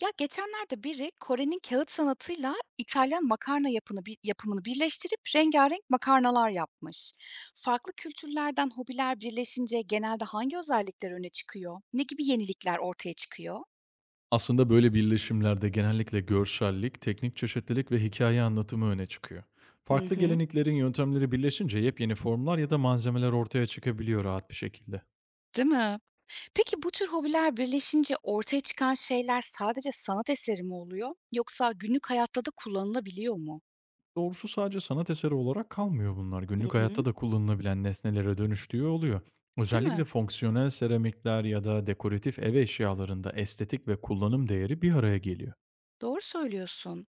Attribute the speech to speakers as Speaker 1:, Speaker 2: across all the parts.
Speaker 1: Ya geçenlerde biri Kore'nin kağıt sanatıyla İtalyan makarna yapını yapımını birleştirip rengarenk makarnalar yapmış. Farklı kültürlerden hobiler birleşince genelde hangi özellikler öne çıkıyor? Ne gibi yenilikler ortaya çıkıyor?
Speaker 2: Aslında böyle birleşimlerde genellikle görsellik, teknik çeşitlilik ve hikaye anlatımı öne çıkıyor.
Speaker 1: Hı
Speaker 2: Farklı
Speaker 1: hı.
Speaker 2: geleneklerin yöntemleri birleşince yepyeni formlar ya da malzemeler ortaya çıkabiliyor rahat bir şekilde.
Speaker 1: Değil mi? Peki bu tür hobiler birleşince ortaya çıkan şeyler sadece sanat eseri mi oluyor, yoksa günlük hayatta da kullanılabiliyor mu?
Speaker 2: Doğrusu sadece sanat eseri olarak kalmıyor bunlar.
Speaker 1: Hı
Speaker 2: Günlük
Speaker 1: hı.
Speaker 2: hayatta da kullanılabilen nesnelere dönüştüğü oluyor.
Speaker 1: Değil mi?
Speaker 2: Özellikle fonksiyonel seramikler ya da dekoratif ev eşyalarında estetik ve kullanım değeri bir araya geliyor.
Speaker 1: Doğru söylüyorsun.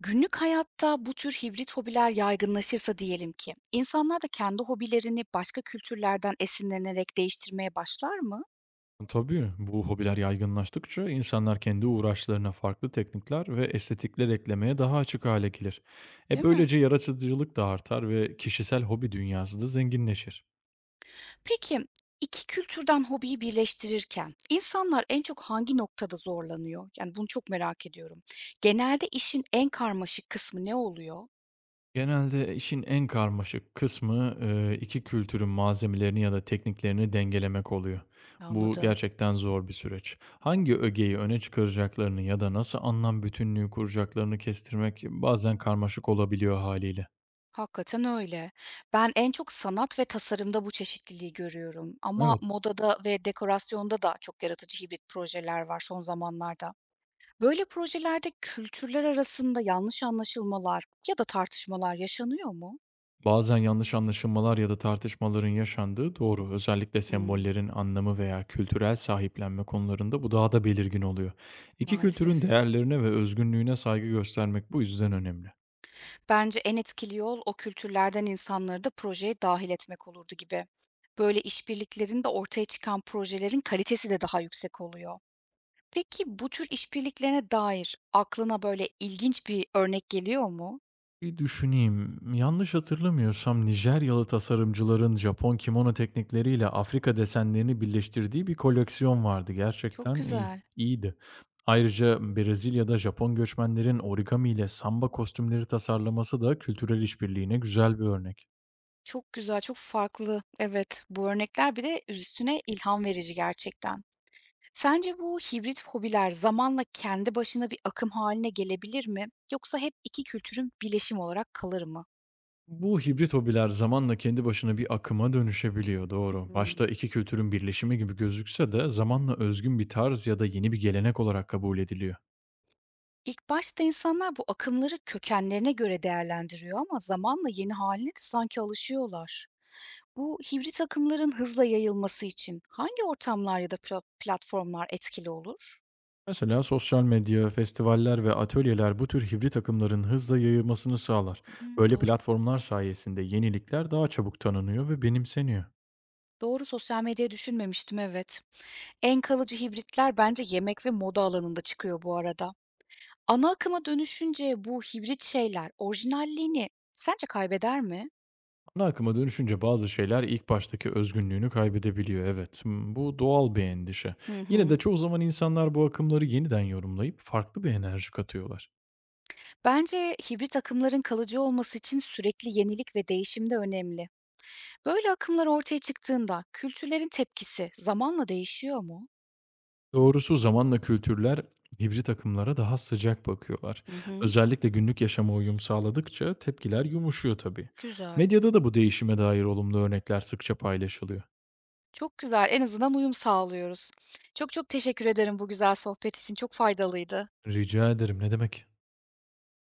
Speaker 1: Günlük hayatta bu tür hibrit hobiler yaygınlaşırsa diyelim ki, insanlar da kendi hobilerini başka kültürlerden esinlenerek değiştirmeye başlar mı?
Speaker 2: Tabii, bu hobiler yaygınlaştıkça insanlar kendi uğraşlarına farklı teknikler ve estetikler eklemeye daha açık hale gelir. E
Speaker 1: Değil mi?
Speaker 2: böylece yaratıcılık da artar ve kişisel hobi dünyası da zenginleşir.
Speaker 1: Peki, 2 kültürden hobiyi birleştirirken insanlar en çok hangi noktada zorlanıyor? Yani, bunu çok merak ediyorum. Genelde işin en karmaşık kısmı ne oluyor?
Speaker 2: Genelde işin en karmaşık kısmı iki kültürün malzemelerini ya da tekniklerini dengelemek oluyor. Bu
Speaker 1: Anladım.
Speaker 2: gerçekten zor bir süreç. Hangi ögeyi öne çıkaracaklarını ya da nasıl anlam bütünlüğü kuracaklarını kestirmek bazen karmaşık olabiliyor haliyle.
Speaker 1: Hakikaten öyle. Ben en çok sanat ve tasarımda bu çeşitliliği görüyorum ama
Speaker 2: Evet.
Speaker 1: modada ve dekorasyonda da çok yaratıcı hibrit projeler var son zamanlarda. Böyle projelerde kültürler arasında yanlış anlaşılmalar ya da tartışmalar yaşanıyor mu?
Speaker 2: Bazen yanlış anlaşılmalar ya da tartışmaların yaşandığı doğru. Özellikle
Speaker 1: Hımm,
Speaker 2: sembollerin anlamı veya kültürel sahiplenme konularında bu daha da belirgin oluyor. İki kültürün
Speaker 1: maalesef.
Speaker 2: değerlerine ve özgünlüğüne saygı göstermek bu yüzden önemli.
Speaker 1: Bence en etkili yol o kültürlerden insanları da projeye dahil etmek olurdu gibi. Böyle işbirliklerinde ortaya çıkan projelerin kalitesi de daha yüksek oluyor. Peki bu tür işbirliklerine dair aklına böyle ilginç bir örnek geliyor mu?
Speaker 2: Bir düşüneyim. Yanlış hatırlamıyorsam Nijeryalı tasarımcıların Japon kimono teknikleriyle Afrika desenlerini birleştirdiği bir koleksiyon vardı.
Speaker 1: Çok
Speaker 2: Gerçekten iyi,
Speaker 1: güzel,
Speaker 2: iyiydi. Ayrıca Brezilya'da Japon göçmenlerin origami ile samba kostümleri tasarlaması da kültürel işbirliğine güzel bir örnek.
Speaker 1: çok güzel, çok farklı. Evet, bu örnekler bir de üstüne ilham verici gerçekten. Sence bu hibrit hobiler zamanla kendi başına bir akım haline gelebilir mi yoksa hep 2 kültürün bileşimi olarak kalır mı?
Speaker 2: Bu hibrit hobiler zamanla kendi başına bir akıma dönüşebiliyor, doğru. Başta
Speaker 1: Hımm.
Speaker 2: iki kültürün birleşimi gibi gözükse de zamanla özgün bir tarz ya da yeni bir gelenek olarak kabul ediliyor.
Speaker 1: İlk başta insanlar bu akımları kökenlerine göre değerlendiriyor ama zamanla yeni haline de sanki alışıyorlar. Bu hibrit akımların hızla yayılması için hangi ortamlar ya da platformlar etkili olur?
Speaker 2: Mesela sosyal medya, festivaller ve atölyeler bu tür hibrit akımların hızla yayılmasını sağlar.
Speaker 1: Hımm,
Speaker 2: Böyle
Speaker 1: doğru.
Speaker 2: platformlar sayesinde yenilikler daha çabuk tanınıyor ve benimseniyor.
Speaker 1: Doğru, sosyal medyayı düşünmemiştim, evet. En kalıcı hibritler bence yemek ve moda alanında çıkıyor bu arada. Ana akıma dönüşünce bu hibrit şeyler orijinalliğini sence kaybeder mi?
Speaker 2: Ana akıma dönüşünce bazı şeyler ilk baştaki özgünlüğünü kaybedebiliyor, evet. Hmm. Bu doğal bir endişe.
Speaker 1: Hı
Speaker 2: Yine
Speaker 1: hı.
Speaker 2: de çoğu zaman insanlar bu akımları yeniden yorumlayıp farklı bir enerji katıyorlar.
Speaker 1: Bence hibrit akımların kalıcı olması için sürekli yenilik ve değişim de önemli. Böyle akımlar ortaya çıktığında kültürlerin tepkisi zamanla değişiyor mu?
Speaker 2: Doğrusu zamanla kültürler hibrit akımlara daha sıcak bakıyorlar.
Speaker 1: Hı hı.
Speaker 2: Özellikle günlük yaşama uyum sağladıkça tepkiler yumuşuyor tabii.
Speaker 1: Güzel.
Speaker 2: Medyada da bu değişime dair olumlu örnekler sıkça paylaşılıyor.
Speaker 1: Çok güzel. En azından uyum sağlıyoruz. Çok çok teşekkür ederim bu güzel sohbet için. Çok faydalıydı.
Speaker 2: Rica ederim, ne demek?